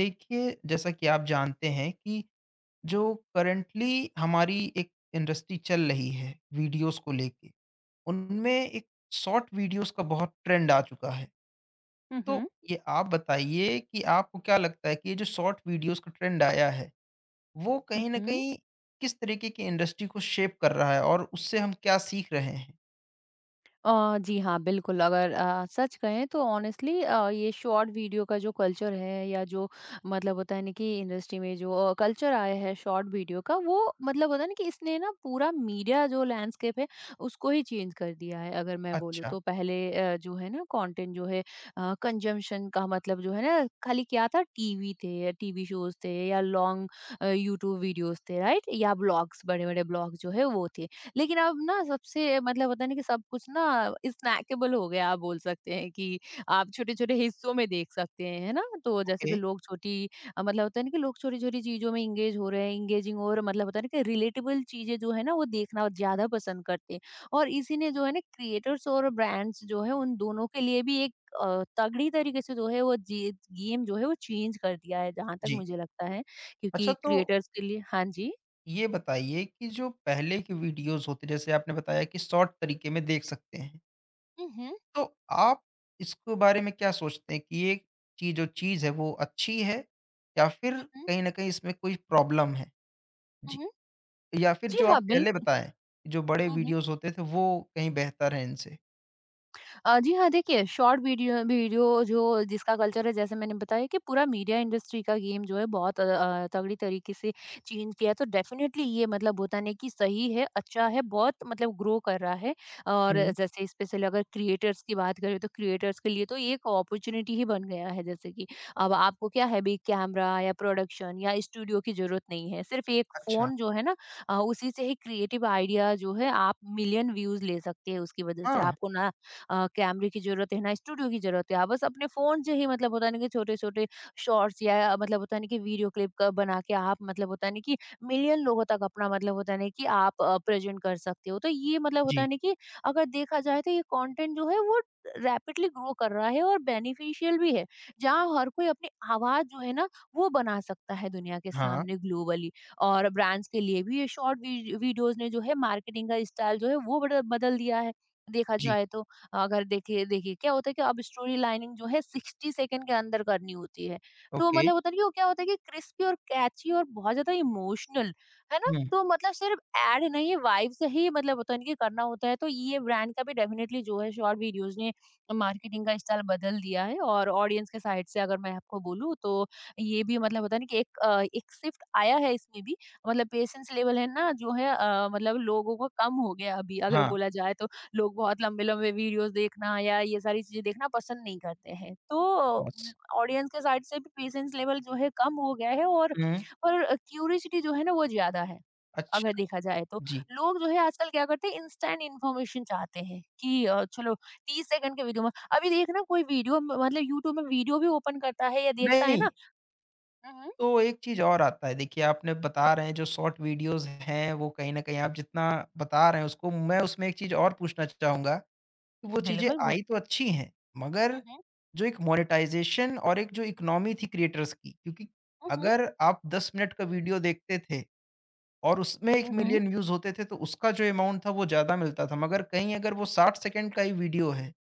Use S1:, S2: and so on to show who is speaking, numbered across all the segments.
S1: देखिए, जैसा कि आप जानते हैं कि जो करंटली हमारी एक इंडस्ट्री चल रही है वीडियोज़ को लेके, उनमें एक शॉर्ट वीडियोज़ का बहुत ट्रेंड आ चुका है।
S2: हुँ,
S1: तो
S2: हुँ,
S1: ये आप बताइए कि आपको क्या लगता है कि ये जो शॉर्ट वीडियोज़ का ट्रेंड आया है, वो कहीं न
S2: हुँ।
S1: कहीं किस तरीके की इंडस्ट्री को शेप कर रहा है और उससे हम क्या सीख रहे हैं?
S2: अ, जी हाँ, बिल्कुल अगर सच कहें तो ऑनेस्टली, ये शॉर्ट वीडियो का जो कल्चर है या जो मतलब होता है ना कि इंडस्ट्री में जो कल्चर आया है शॉर्ट वीडियो का वो मतलब होता है ना कि इसने ना पूरा मीडिया जो लैंडस्केप है उसको ही चेंज कर दिया है अगर मैं बोलूँ
S1: अच्छा,
S2: तो। पहले जो है ना कंटेंट जो है कंजम्पशन का मतलब जो है ना खाली क्या था टीवी थे, टीवी शोज़ थे या लॉन्ग यूट्यूब वीडियोज़ थे राइट? या ब्लॉग्स बड़े-बड़े ब्लॉग जो है वो थे। लेकिन अब ना सबसे मतलब होता है ना कि सब कुछ ना स्नैकेबल हो गया, आप बोल सकते हैं कि आप छोटे-छोटे हिस्सों में देख सकते हैं, है ना? तो जैसे
S1: ओके,
S2: कि लोग छोटी मतलब होता है ना कि लोग छोटी-छोटी चीज़ों में एंगेज हो रहे हैं, एंगेजिंग और मतलब होता है ना कि रिलेटेबल चीज़ें जो है ना वो देखना ज़्यादा पसंद करते हैं और इसी ने जो है ना क्रिएटर्स और ब्रांड्स जो है उन दोनों के लिए भी एक तगड़ी तरीके से जो है वो जी गेम जो है वो चेंज कर दिया है जहाँ तक
S1: जी।
S2: मुझे लगता है
S1: अच्छा,
S2: क्योंकि
S1: तो
S2: क्रिएटर्स के लिए। हाँ जी।
S1: ये बताइए कि जो पहले के वीडियोज़ होते जैसे आपने बताया कि शॉर्ट तरीके में देख सकते हैं।
S2: हुँ, हुँ।
S1: तो आप इसके बारे में क्या सोचते हैं कि ये चीज़ जो चीज़ है वो अच्छी है, या फिर
S2: हुँ, हुँ।
S1: कहीं न कहीं इसमें कोई प्रॉब्लम है?
S2: हुँ,
S1: जी,
S2: हुँ।
S1: या फिर
S2: जी
S1: जो आप
S2: हाँ,
S1: पहले
S2: बिल्कुल।
S1: बताएँ, जो बड़े
S2: हुँ, हुँ।
S1: वीडियोज़ होते थे वो कहीं बेहतर है इनसे?
S2: जी हाँ, देखिए शॉर्ट वीडियो वीडियो जो जिसका कल्चर है जैसे मैंने बताया कि पूरा मीडिया इंडस्ट्री का गेम जो है बहुत तगड़ी तरीके से चेंज किया है, तो डेफ़िनेटली ये मतलब होता नहीं कि सही है, अच्छा है, बहुत मतलब ग्रो कर रहा है और
S1: हुँ।
S2: जैसे स्पेशली अगर क्रिएटर्स की बात करें तो क्रिएटर्स के लिए तो ये एक अपॉर्च्युनिटी ही बन गया है। जैसे कि अब आपको क्या है, बिग कैमरा या प्रोडक्शन या स्टूडियो की ज़रूरत नहीं है। सिर्फ़ एक
S1: अच्छा,
S2: फ़ोन जो है ना, उसी से ही क्रिएटिव आइडिया जो है आप मिलियन व्यूज़ ले सकते हैं उसकी वजह से।
S1: हाँ,
S2: आपको ना कैमरे की ज़रूरत है, ना स्टूडियो की ज़रूरत है। आप बस अपने फ़ोन से ही मतलब होता है ना कि छोटे-छोटे शॉर्ट्स या मतलब होता है ना कि वीडियो क्लिप क बना के आप मतलब होता है ना कि मिलियन लोगों तक अपना मतलब होता है ना कि आप प्रेज़ेंट कर सकते हो। तो ये मतलब होता
S1: जी,
S2: है ना कि अगर देखा जाए तो ये कंटेंट जो है वो रैपिडली ग्रो कर रहा है और बेनिफिशियल भी है। जहाँ हर कोई अपनी आवाज़ जो है ना वो बना सकता है दुनिया के
S1: हाँ,
S2: सामने ग्लोबली, और ब्रांड्स के लिए भी ये शॉर्ट वी वीडियोज़ ने जो है मार्केटिंग का स्टाइल जो है वो बड बदल दिया है, देखा
S1: जी,
S2: जाए तो। अगर देखिए देखिए क्या होता है कि अब स्टोरी लाइनिंग जो है 60 सेकंड के अंदर करनी होती है, तो
S1: ओके,
S2: मतलब होता नहीं वो क्या होता है कि क्रिस्पी और कैची और बहुत ज्यादा इमोशनल है ना,
S1: हुँ,
S2: तो मतलब सिर्फ एड नहीं वाइब से ही मतलब होता नहीं कि करना होता है, तो ये ब्रांड का भी डेफिनेटली जो है शॉर्ट वीडियोज ने मार्केटिंग का स्टाइल बदल दिया है। और ऑडियंस के साइड से अगर मैं आपको बोलूँ तो ये भी मतलब होता है ना कि एक एक शिफ्ट आया है इसमें भी, मतलब पेशेंस लेवल है ना जो है, मतलब लोगों का कम हो गया अभी अगर
S1: हाँ,
S2: बोला जाए तो। लोग बहुत लंबे-लंबे वीडियोज़ देखना या ये सारी चीज़ें देखना पसंद नहीं करते हैं। तो
S1: बस,
S2: ऑडियंस के साइड से भी पेशेंस लेवल जो है कम हो गया है, और
S1: हुँ,
S2: और क्यूरियोसिटी जो है ना वो ज़्यादा है,
S1: अच्छा,
S2: अगर देखा जाए तो।
S1: जी।
S2: लोग जो है आजकल क्या करते हैं इंस्टेंट इन्फॉर्मेशन चाहते हैं कि चलो 30 सेकंड के वीडियो में अभी देख ना कोई वीडियो म मतलब यूट्यूब में वीडियो भी ओपन करता है या देखता है
S1: नहीं,
S2: ना। हुँ, हुँ,
S1: तो एक चीज़ और आता है। देखिए आपने बता रहे हैं जो शॉर्ट वीडियोज़ हैं वो कहीं न कहीं आप जितना बता रहे हैं उसको मैं उसमें एक चीज़ और पूछना चाहूँगा। वो चीज़ें
S2: बिल्कुल
S1: आई तो
S2: पूछिए।
S1: अच्छी हैं, मगर
S2: हुँ, हुँ,
S1: जो एक मोनेटाइज़ेशन और एक जो इकोनॉमी थी क्रिएटर्स की, क्योंकि
S2: हुँ, हुँ,
S1: अगर आप 10 मिनट का वीडियो देखते थे और उसमें 1
S2: हुँ, हुँ,
S1: मिलियन व्यूज़ होते थे, तो उसका जो अमाउंट था वो ज़्यादा मिलता था, मगर कहीं अगर वो 60 सेकंड का ही वीडियो है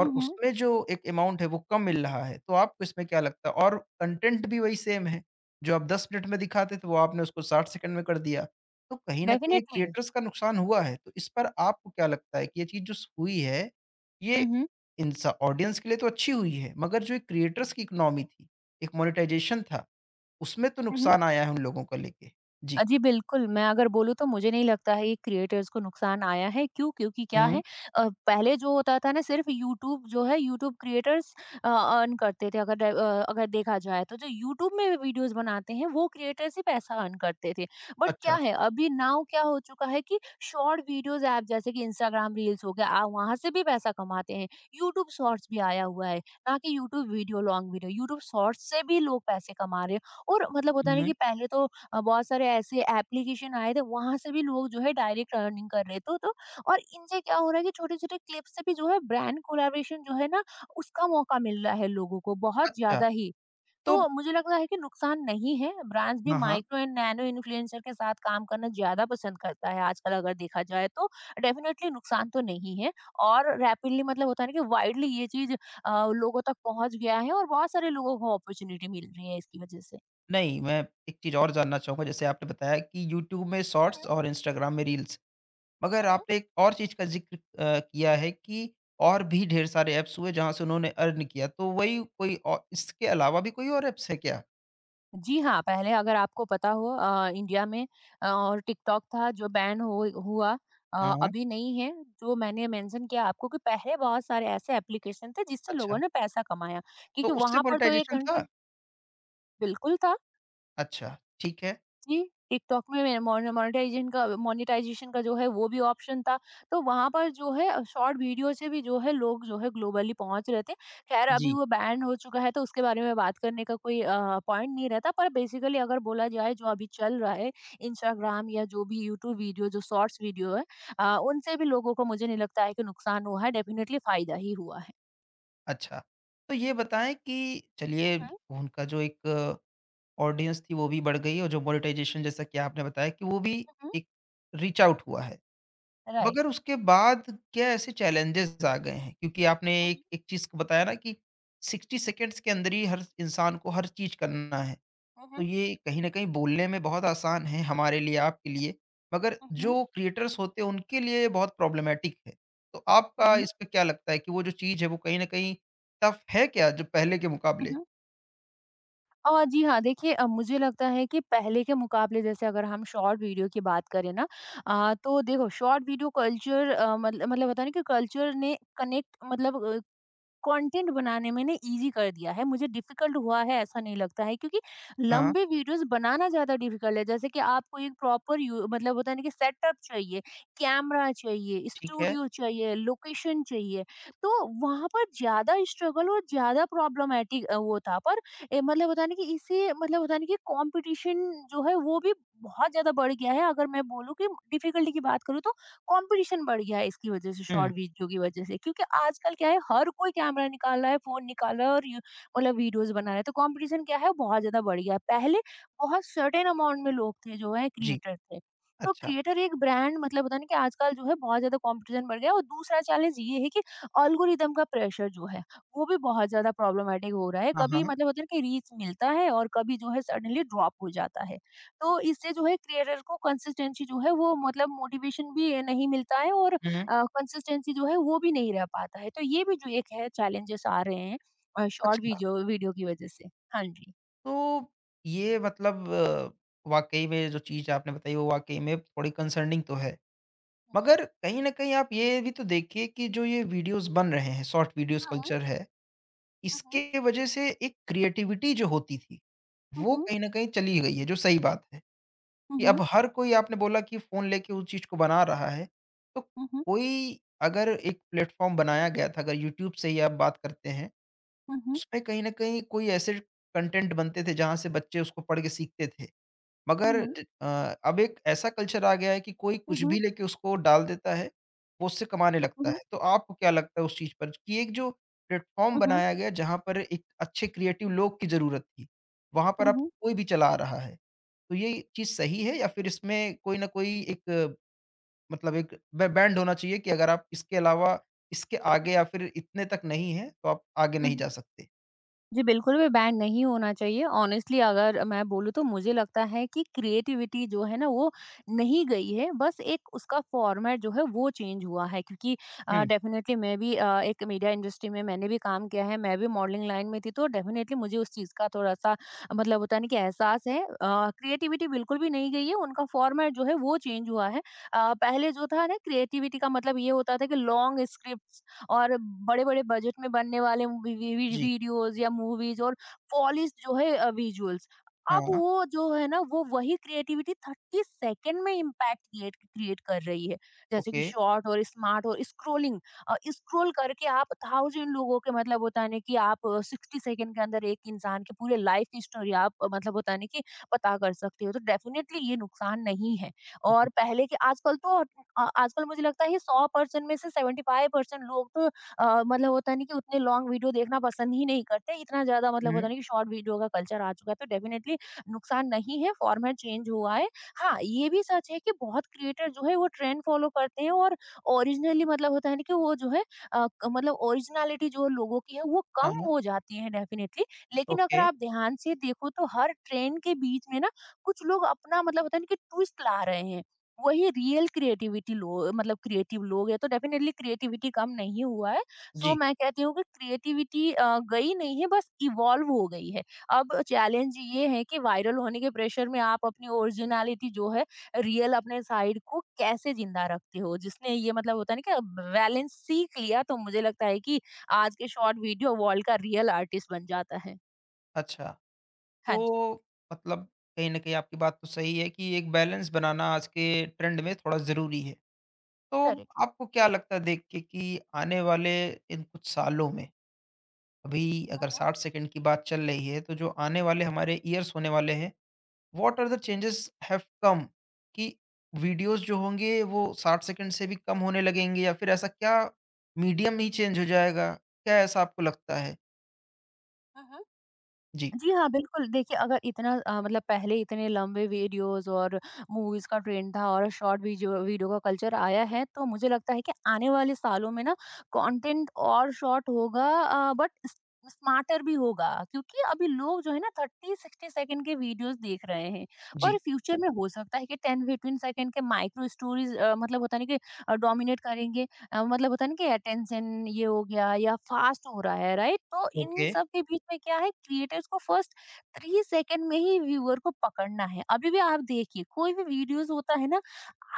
S1: और
S2: हुँ, हुँ,
S1: उसमें जो एक अमाउंट है वो कम मिल रहा है, तो आपको इसमें क्या लगता है? और कंटेंट भी वही सेम है, जो आप 10 मिनट में दिखाते थे वो आपने उसको 60 सेकंड में कर दिया। तो कहीं न कहीं ये
S2: डेफिनिटली।
S1: क्रिएटर्स का नुकसान हुआ है, तो इस पर आपको क्या लगता है कि ये चीज़ जो स हुई है,
S2: हुँ,
S1: ये
S2: हुँ, हुँ,
S1: इंसा ऑडियंस के लिए तो अच्छी हुई है, मगर जो एक क्रिएटर्स की इकोनॉमी थी, एक मोनेटाइज़ेशन था, उसमें तो
S2: हुँ।
S1: नुकसान आया है उन लोगों को लेके? जी।
S2: जी बिल्कुल, मैं अगर बोलूँ तो मुझे नहीं लगता है ये क्रिएटर्स को नुकसान आया है, क्यों? क्योंकि क्या
S1: हुँ।
S2: है, पहले जो होता था ना सिर्फ़ यूट्यूब जो है यूट्यूब क्रिएटर्स अर्न करते थे, अगर अ, अगर देखा जाए तो जो यूट्यूब में वीडियोज़ बनाते हैं वो क्रिएटर्स ही पैसा अर्न करते थे। बट क्या
S1: अच्छा।
S2: है, अभी नाउ क्या हो चुका है कि शॉर्ट वीडियोज़ ऐप जैसे कि इंस्टाग्राम रील्स हो गया, आप वहाँ से भी पैसा कमाते हैं। यूट्यूब शॉर्ट्स भी आया हुआ है, ना कि YouTube video long video, YouTube shorts से भी लोग पैसे कमा रहे हैं और मतलब होता है ना
S1: हुँ।
S2: कि पहले तो बहुत सारे ऐसे एप्लीकेशन आए थे, वहाँ से भी लोग जो है डायरेक्ट अर्निंग कर रहे थे। तो और इनसे क्या हो रहा है कि छोटे-छोटे क्लिप्स से भी जो है ब्रांड कोलैबोरेशन जो है ना उसका मौका मिल रहा है लोगों को बहुत
S1: अच्छा।
S2: ज़्यादा ही।
S1: तो
S2: तो मुझे लगता है कि नुकसान नहीं है, ब्रांड्स भी
S1: हाँ, हाँ।
S2: माइक्रो एंड नैनो इन्फ्लुएंसर के साथ काम करना ज़्यादा पसंद करता है आजकल, अगर देखा जाए तो। डेफिनिटली नुकसान तो नहीं है और रैपिडली मतलब होता है ना कि वाइडली ये चीज़ लोगों तक पहुँच गया है और बहुत सारे लोगों को अपॉर्च्युनिटी मिल रही है इसकी वजह से।
S1: नहीं, मैं एक चीज़ और जानना चाहूँगा जैसे आपने बताया कि यूट्यूब में
S2: हुँ,
S1: शॉर्ट्स और इंस्टाग्राम में रील्स, मगर
S2: हुँ, हुँ।
S1: आपने एक और चीज़ का ज़िक्र किया है कि और भी ढेर सारे ऐप्स हुए जहाँ से उन्होंने अर्न किया, तो वही कोई औ इसके अलावा भी कोई और ऐप्स है क्या?
S2: जी हाँ, पहले अगर आपको पता हो, इंडिया में और टिकटॉक था जो बैन हो हुआ,
S1: हाँ, हाँ,
S2: अभी नहीं है, जो मैंने मेंशन किया आपको कि पहले बहुत सारे ऐसे एप्लीकेशन थे जिससे
S1: अच्छा,
S2: लोगों ने पैसा कमाया,
S1: तो
S2: क्योंकि
S1: उससे
S2: वहाँ पर तो 1
S1: मोनेटाइज़ेशन
S2: घंटे
S1: था?
S2: बिल्कुल था।
S1: अच्छा, ठीक है।
S2: जी, टिकटॉक में मेरा मोनेटाइजेशन का जो है वो भी ऑप्शन था, तो वहाँ पर जो है शॉर्ट वीडियो से भी जो है लोग जो है ग्लोबली पहुँच रहे थे। ख़ैर अभी
S1: जी,
S2: वो बैन हो चुका है तो उसके बारे में बात करने का कोई पॉइंट नहीं रहता, पर बेसिकली अगर बोला जाए जो अभी चल रहा है, इंस्टाग्राम या जो भी यूट्यूब वीडियो जो शॉर्ट्स वीडियो है, उनसे भी लोगों को मुझे नहीं लगता है कि नुकसान हुआ है, डेफ़िनिटली फ़ायदा ही हुआ है।
S1: अच्छा। तो ये बताएँ कि
S2: हुँ,
S1: चलिए
S2: हुँ,
S1: उनका जो एक ऑडियंस थी वो भी बढ़ गई और जो मोनेटाइज़ेशन जैसा कि आपने बताया कि वो भी
S2: हुँ, हुँ।
S1: एक रीच आउट हुआ है।
S2: राइट।
S1: मगर उसके बाद क्या ऐसे चैलेंजेस आ गए हैं? क्योंकि आपने
S2: हुँ,
S1: एक
S2: हुँ,
S1: एक चीज़ बताया ना कि 60 सेकंड्स के अंदर ही हर इंसान को हर चीज़ करना है। तो
S2: हुँ,
S1: ये कहीं न कहीं बोलने में बहुत आसान है हमारे लिए, आपके लिए, मगर
S2: हुँ,
S1: जो क्रिएटर्स होते हैं उनके लिए ये बहुत प्रॉब्लमैटिक है। तो
S2: हुँ,
S1: आपका
S2: हुँ,
S1: इस पे क्या लगता है कि वो जो चीज़ है वो कहीं न कहीं टफ है क्या जो पहले के मुकाबले?
S2: हुँ। जी हाँ, देखिए, मुझे लगता है कि पहले के मुकाबले, जैसे अगर हम शॉर्ट वीडियो की बात करें ना, तो देखो शॉर्ट वीडियो कल्चर, मतलब मतलब होता है ना कि कल्चर ने कनेक्ट मतलब कंटेंट बनाने में ना इजी कर दिया है, मुझे डिफिकल्ट हुआ है ऐसा नहीं लगता है क्योंकि
S1: हाँ,
S2: लंबे वीडियोस बनाना ज्यादा डिफिकल्ट है। जैसे कि आपको एक प्रॉपर मतलब होता है ना कि सेटअप चाहिए, कैमरा चाहिए,
S1: ठीक है।
S2: स्टूडियो चाहिए, लोकेशन चाहिए। तो वहां पर ज्यादा स्ट्रगल और ज्यादा प्रॉब्लमेटिक वो था, पर मतलब होता है ना कि इसे मतलब होता है ना कि कंपटीशन जो है वो भी बहुत ज्यादा बढ़ गया है, अगर मैं बोलूँ कि डिफिकल्टी की बात करूँ तो। कंपटीशन बढ़ गया है इसकी वजह से,
S1: हुँ,
S2: शॉर्ट वीडियो की वजह से। क्योंकि आजकल क्या है, हर कोई कैमरा निकाल रहा है, फ़ोन निकाल रहा है और यू मतलब वीडियोज़ बना रहा है। तो कंपटीशन क्या है, बहुत ज़्यादा बढ़ गया है। पहले बहुत सर्टेन अमाउंट में लोग थे, जो है
S1: जी।
S2: क्रिएटर थे। तो
S1: अच्छा।
S2: क्रिएटर एक ब्रांड मतलब होता है ना कि आजकल जो है बहुत ज़्यादा कंपटीशन बढ़ गया है, और दूसरा चैलेंज ये है कि एल्गोरिदम का प्रेशर जो है, वो भी बहुत ज़्यादा प्रॉब्लमैटिक हो रहा है।
S1: हाँ,
S2: कभी
S1: हाँ।
S2: मतलब होता है ना कि रीच मिलता है और कभी जो है सडनली ड्रॉप हो जाता है। तो इससे जो है क्रिएटर को कंसिस्टेंसी जो है वो मतलब मोटिवेशन भी नहीं मिलता है और
S1: हुँ,
S2: कंसिस्टेंसी जो है वो भी नहीं रह पाता है। तो ये भी जो एक है चैलेंजेस आ रहे हैं, शॉर्ट
S1: अच्छा।
S2: वीडियो वीडियो की वजह से। हाँ जी।
S1: तो ये मतलब वाक़ई में जो चीज़ आपने बताई वो वाक़ई में थोड़ी कंसर्निंग तो है।
S2: हुँ,
S1: मगर कहीं न कहीं आप ये भी तो देखिए कि जो ये वीडियोज़ बन रहे हैं, शॉर्ट वीडियोज़
S2: हुँ।
S1: कल्चर है,
S2: हुँ, हुँ।
S1: इसके वजह से एक क्रिएटिविटी जो होती थी,
S2: हुँ,
S1: वो
S2: हुँ।
S1: कहीं न कहीं चली गई है, जो सही बात है।
S2: हुँ,
S1: कि
S2: हुँ।
S1: अब हर कोई आपने बोला कि फ़ोन लेके उस चीज़ को बना रहा है, तो
S2: हुँ, हुँ।
S1: कोई अगर एक प्लेटफ़ॉर्म बनाया गया था, अगर यूट्यूब से ही आप बात करते हैं,
S2: हुँ, हुँ।
S1: उसमें कहीं न कहीं कोई ऐसे कंटेंट बनते थे जहाँ से बच्चे उसको पढ़ के सीखते थे।
S2: हुँ,
S1: मगर
S2: हुँ।
S1: अब एक ऐसा कल्चर आ गया है कि कोई
S2: हुँ,
S1: कुछ
S2: हुँ।
S1: भी लेके उसको डाल देता है, वो उससे कमाने लगता
S2: हुँ,
S1: है। तो आपको क्या लगता है उस चीज़ पर कि एक जो प्लेटफ़ॉर्म
S2: हुँ।
S1: बनाया गया जहाँ पर एक अच्छे क्रिएटिव लोग की ज़रूरत थी, वहाँ पर
S2: हुँ,
S1: अब
S2: हुँ।
S1: कोई भी चला रहा है। तो ये चीज़ सही है या फिर इसमें कोई न कोई एक मतलब एक बै बैंड होना चाहिए कि अगर आप इसके अलावा इसके आगे या फिर इतने तक नहीं है, तो आप आगे
S2: हुँ,
S1: नहीं
S2: हुँ।
S1: जा सकते?
S2: जी, बिल्कुल भी बैन नहीं होना चाहिए। ऑनेस्टली अगर मैं बोलूँ तो मुझे लगता है कि क्रिएटिविटी जो है ना वो नहीं गई है, बस एक उसका फ़ॉर्मेट जो है वो चेंज हुआ है क्योंकि
S1: हुँ,
S2: डेफ़िनेटली मैं भी एक मीडिया इंडस्ट्री में मैंने भी काम किया है, मैं भी मॉडलिंग लाइन में थी, तो डेफ़िनेटली मुझे उस चीज़ का थोड़ा-सा मतलब होता है ना कि एहसास है। क्रिएटिविटी बिल्कुल भी नहीं गई है, उनका फ़ॉर्मेट जो है वो चेंज हुआ है। पहले जो था ना क्रिएटिविटी का मतलब ये होता था कि लॉन्ग स्क्रिप्ट और बड़े-बड़े बजट में बनने वाले वी वी
S1: जी।
S2: वीडियोज़ या मूवीज़ और पॉलिश जो है विजुअल्स। अब
S1: हाँ,
S2: वो जो है ना, वो वही क्रिएटिविटी 30 सेकंड में इम्पैक्ट क्रिएट क्रिएट कर रही है। जैसे
S1: ओके।
S2: कि शॉर्ट और स्मार्ट और स्क्रॉलिंग, स्क्रॉल करके आप थाउज़ेंड लोगों के मतलब होता है ना कि आप 60 सेकंड के अंदर एक इंसान की पूरे लाइफ़ की स्टोरी आप मतलब होता है ना कि पता कर सकते हो। तो डेफ़िनेटली ये नुकसान नहीं है।
S1: जी।
S2: और पहले के आजकल तो आजकल मुझे लगता है 100% में से 75% लोग तो मतलब होता नहीं कि उतने लॉन्ग वीडियो देखना पसंद ही नहीं करते। इतना ज़्यादा मतलब होता
S1: हुँ,
S2: नहीं कि शॉर्ट वीडियो का कल्चर आ चुका है, तो डेफिनिटली नुकसान नहीं है, फॉर्मेट चेंज हुआ है। हाँ, ये भी सच है कि बहुत क्रिएटर जो है वो ट्रेंड फॉलो करते हैं और ओरिजिनली मतलब होता है ना कि वो जो है अ, क मतलब ओरिजिनैलिटी जो लोगों की है वो
S1: हाँ,
S2: कम
S1: हाँ।
S2: हो जाती है डेफिनिटली। लेकिन अगर
S1: ओके।
S2: आप ध्यान से देखो तो हर ट्रेंड के बीच में ना कुछ लोग अपना मतलब होता है ना कि ट्विस्ट ला रहे हैं। वही रियल क्रिएटिविटी लोग मतलब क्रिएटिव लोग है तो डेफिनेटली क्रिएटिविटी कम नहीं हुआ है। सो
S1: जी,
S2: मैं कहती हूँ कि क्रिएटिविटी गई नहीं है, बस इवॉल्व हो गई है। अब चैलेंज ये है कि वायरल होने के प्रेशर में आप अपनी ओरिजिनलिटी जो है रियल अपने साइड को कैसे जिंदा रखते हो, जिसने ये मतलब होता है ना कि बैलेंस सीख लिया तो मुझे लगता है कि आज के शॉर्ट वीडियो वर्ल्ड का रियल आर्टिस्ट बन जाता है।
S1: अच्छा।
S2: हाँ जी,
S1: तो मतलब कहीं न कहीं आपकी बात तो सही है कि एक बैलेंस बनाना आज के ट्रेंड में थोड़ा ज़रूरी है। तो आपको क्या लगता है देख के कि आने वाले इन कुछ सालों में, अभी अगर
S2: करेक्ट।
S1: 60 सेकंड की बात चल रही है, तो जो आने वाले हमारे ईयर्स होने वाले हैं, what are the changes have come कि वीडियोज़ जो होंगे वो 60 सेकंड से भी कम होने लगेंगे या फिर ऐसा क्या मीडियम ही चेंज हो जाएगा? क्या ऐसा आपको लगता है? जी,
S2: जी हाँ, बिल्कुल। देखिए, अगर इतना मतलब पहले इतने लंबे वीडियोज़ और मूवीज़ का ट्रेंड था और शॉर्ट वीडियो वीडियो का कल्चर आया है, तो मुझे लगता है कि आने वाले सालों में ना कंटेंट और शॉर्ट होगा, बट स स्मार्टर भी होगा क्योंकि अभी लोग जो है ना 30-60 सेकंड के वीडियोज़ देख रहे हैं। और
S1: जी,
S2: फ्यूचर में हो सकता है कि 10-15 सेकंड के माइक्रो स्टोरीज़ मतलब होता है ना कि डोमिनेट करेंगे। मतलब होता है ना कि अटेंशन ये हो गया या फास्ट हो रहा है, राइट। तो इन
S1: ओके।
S2: सब के बीच में क्या है, क्रिएटर्स को फर्स्ट थ्री सेकंड में ही व्यूअर को पकड़ना है। अभी भी आप देखिए, कोई भी वीडियोस होता है ना,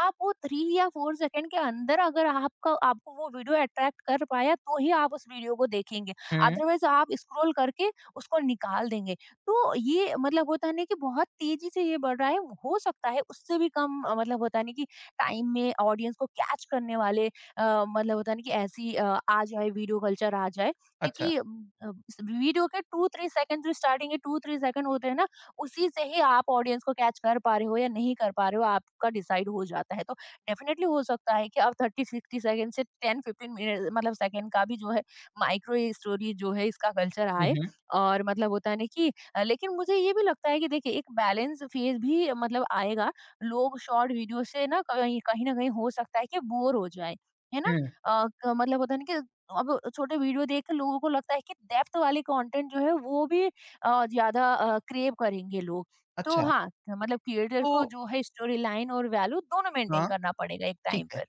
S2: आप वो थ्री या फोर सेकंड के अंदर अगर आपका आपको वो वीडियो अट्रैक्ट कर पाया तो ही आप उस वीडियो को देखेंगे।
S1: हुँ,
S2: अदरवाइज आप स्क्रॉल करके उसको निकाल देंगे। तो ये मतलब होता है ना कि बहुत तेजी से ये बढ़ रहा है। हो सकता है उससे भी कम मतलब होता है ना कि टाइम में ऑडियंस को कैच करने वाले मतलब होता है ना कि ऐसी आ जाए, वीडियो कल्चर आ जाए।
S1: अच्छा।
S2: क्योंकि वीडियो के टू थ्री सेकंड, जो स्टार्टिंग के टू थ्री सेकंड होते हैं ना, उसी से ही आप ऑडियंस को कैच कर पा रहे हो या नहीं कर पा रहे हो, आपका डिसाइड हो जाता है। तो डेफिनेटली हो सकता है कि आप थर्टी सिक्सटी सेकंड से टेन फिफ्टीन मिनट मतलब सेकंड का भी जो है माइक्रो स्टोरी जो है इसका कल्चर
S1: हुँ,
S2: आए।
S1: हुँ,
S2: और मतलब होता है ना कि लेकिन मुझे ये भी लगता है कि देखिए एक बैलेंस फेज भी मतलब आएगा। लोग शॉर्ट वीडियो से ना कहीं कहीं ना कहीं हो सकता है कि बोर हो जाए, है ना?
S1: हुँ,
S2: अ, क मतलब होता है ना कि अब छोटे वीडियो देख के लोगों को लगता है कि डेप्थ वाले कंटेंट जो है वो भी ज़्यादा क्रेव करेंगे लोग। तो
S1: अच्छा।
S2: हाँ, मतलब क्रिएटर
S1: तो
S2: को जो है स्टोरी लाइन और वैल्यू दोनों मेंटेन
S1: हाँ,
S2: करना पड़ेगा एक
S1: ठीक
S2: टाइम
S1: है।
S2: पर।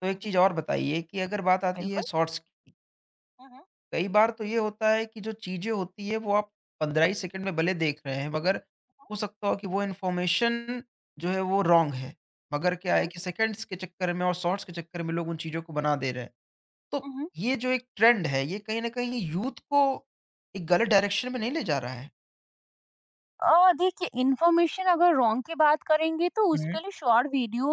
S1: तो एक
S2: हुँ,
S1: चीज़
S2: हुँ।
S1: और बताइए कि अगर बात आती है
S2: बिल्कुल।
S1: शॉर्ट्स की,
S2: हुँ, हुँ,
S1: कई बार तो ये होता है कि जो चीज़ें होती हैं वो आप 15 ही सेकंड में भले देख रहे हैं, मगर
S2: हुँ,
S1: हो सकता हो कि वो इन्फॉर्मेशन जो है वो
S2: हुँ,
S1: रॉन्ग
S2: हुँ,
S1: है। मगर क्या है
S2: हुँ,
S1: कि सेकंड्स के चक्कर में और शॉर्ट्स के चक्कर में लोग उन चीज़ों को बना दे रहे हैं। तो
S2: हुँ, हुँ।
S1: ये जो एक ट्रेंड है, ये कहीं न कहीं यूथ को एक गलत डायरेक्शन में नहीं ले जा रहा है?
S2: देखिए, इन्फॉर्मेशन अगर रॉन्ग की बात करेंगे तो
S1: हुँ।
S2: उसके लिए शॉर्ट वीडियो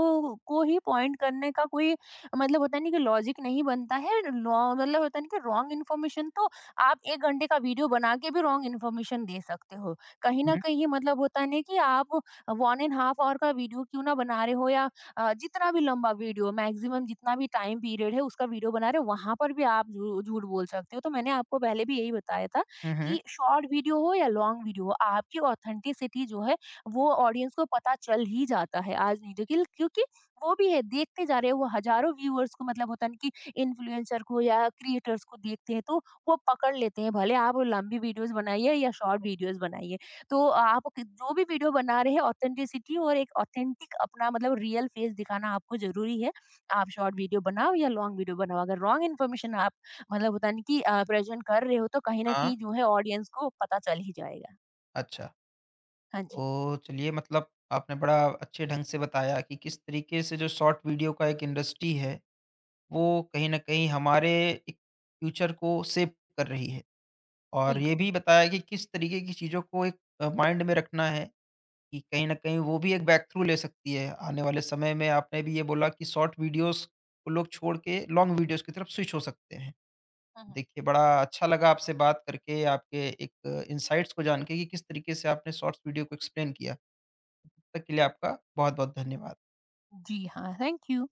S2: को ही पॉइंट करने का कोई मतलब होता नहीं कि लॉजिक नहीं बनता है। लॉ मतलब होता नहीं कि रॉन्ग इन्फॉर्मेशन, तो आप 1 घंटे का वीडियो बना के भी रॉन्ग इन्फॉर्मेशन दे सकते हो। कहीं न
S1: हुँ।
S2: कहीं मतलब होता नहीं कि आप 1 एंड हाफ ऑवर का वीडियो क्यों ना बना रहे हो, या जितना भी लंबा वीडियो, मैक्सिमम जितना भी टाइम पीरियड है, उसका वीडियो बना रहे हो, वहाँ पर भी आप झू झूठ बोल सकते हो। तो मैंने आपको पहले भी यही बताया था
S1: हुँ, हुँ।
S2: कि शॉर्ट वीडियो हो या लॉन्ग वीडियो हो, आपकी ऑथेंटिसिटी जो है वो ऑडियंस को पता चल ही जाता है, आज नहीं तो कल। क्योंकि वो भी है देखते जा रहे हैं, वो हज़ारों व्यूअर्स को मतलब होता है ना कि इन्फ्लुएंसर को या क्रिएटर्स को देखते हैं, तो वो पकड़ लेते हैं, भले आप लंबी वीडियोस बनाइए या शॉर्ट वीडियोस बनाइए। तो आप क जो भी वीडियो बना रहे हैं, ऑथेंटिसिटी और एक ऑथेंटिक अपना मतलब रियल फेस दिखाना आपको ज़रूरी है। आप शॉर्ट वीडियो बनाओ या लॉन्ग वीडियो बनाओ, अगर रॉन्ग इन्फॉर्मेशन आप मतलब होता नहीं कि प्रेज़ेंट कर रहे हो, तो कहीं न
S1: हाँ,
S2: कहीं जो है ऑडियंस को पता चल ही जाएगा।
S1: अच्छा।
S2: हाँ जी,
S1: ओह! चलिए मतलब आपने बड़ा अच्छे ढंग से बताया कि किस तरीके से जो शॉर्ट वीडियो का एक इंडस्ट्री है, वो कहीं न कहीं हमारे एक फ्यूचर को शेप कर रही है। और ये
S2: बिल्कुल।
S1: भी बताया कि किस तरीके की चीज़ों को एक माइंड में रखना है कि कहीं न कहीं वो भी एक बैक थ्रू ले सकती है। आने वाले समय में आपने भी ये बोला कि शॉर्ट वीडियोज़ को लोग छोड़ के लॉन्ग वीडियोज़ की तरफ स्विच हो सकते हैं।
S2: हुँ, हुँ।
S1: देखिए बड़ा अच्छा लगा आपसे बात करके, आपके एक इनसाइट्स को जान के कि किस तरीके से आपने शॉर्ट्स वीडियो को एक्सप्लेन किया। तक के लिए आपका बहुत-बहुत धन्यवाद।
S2: जी हाँ, थैंक यू।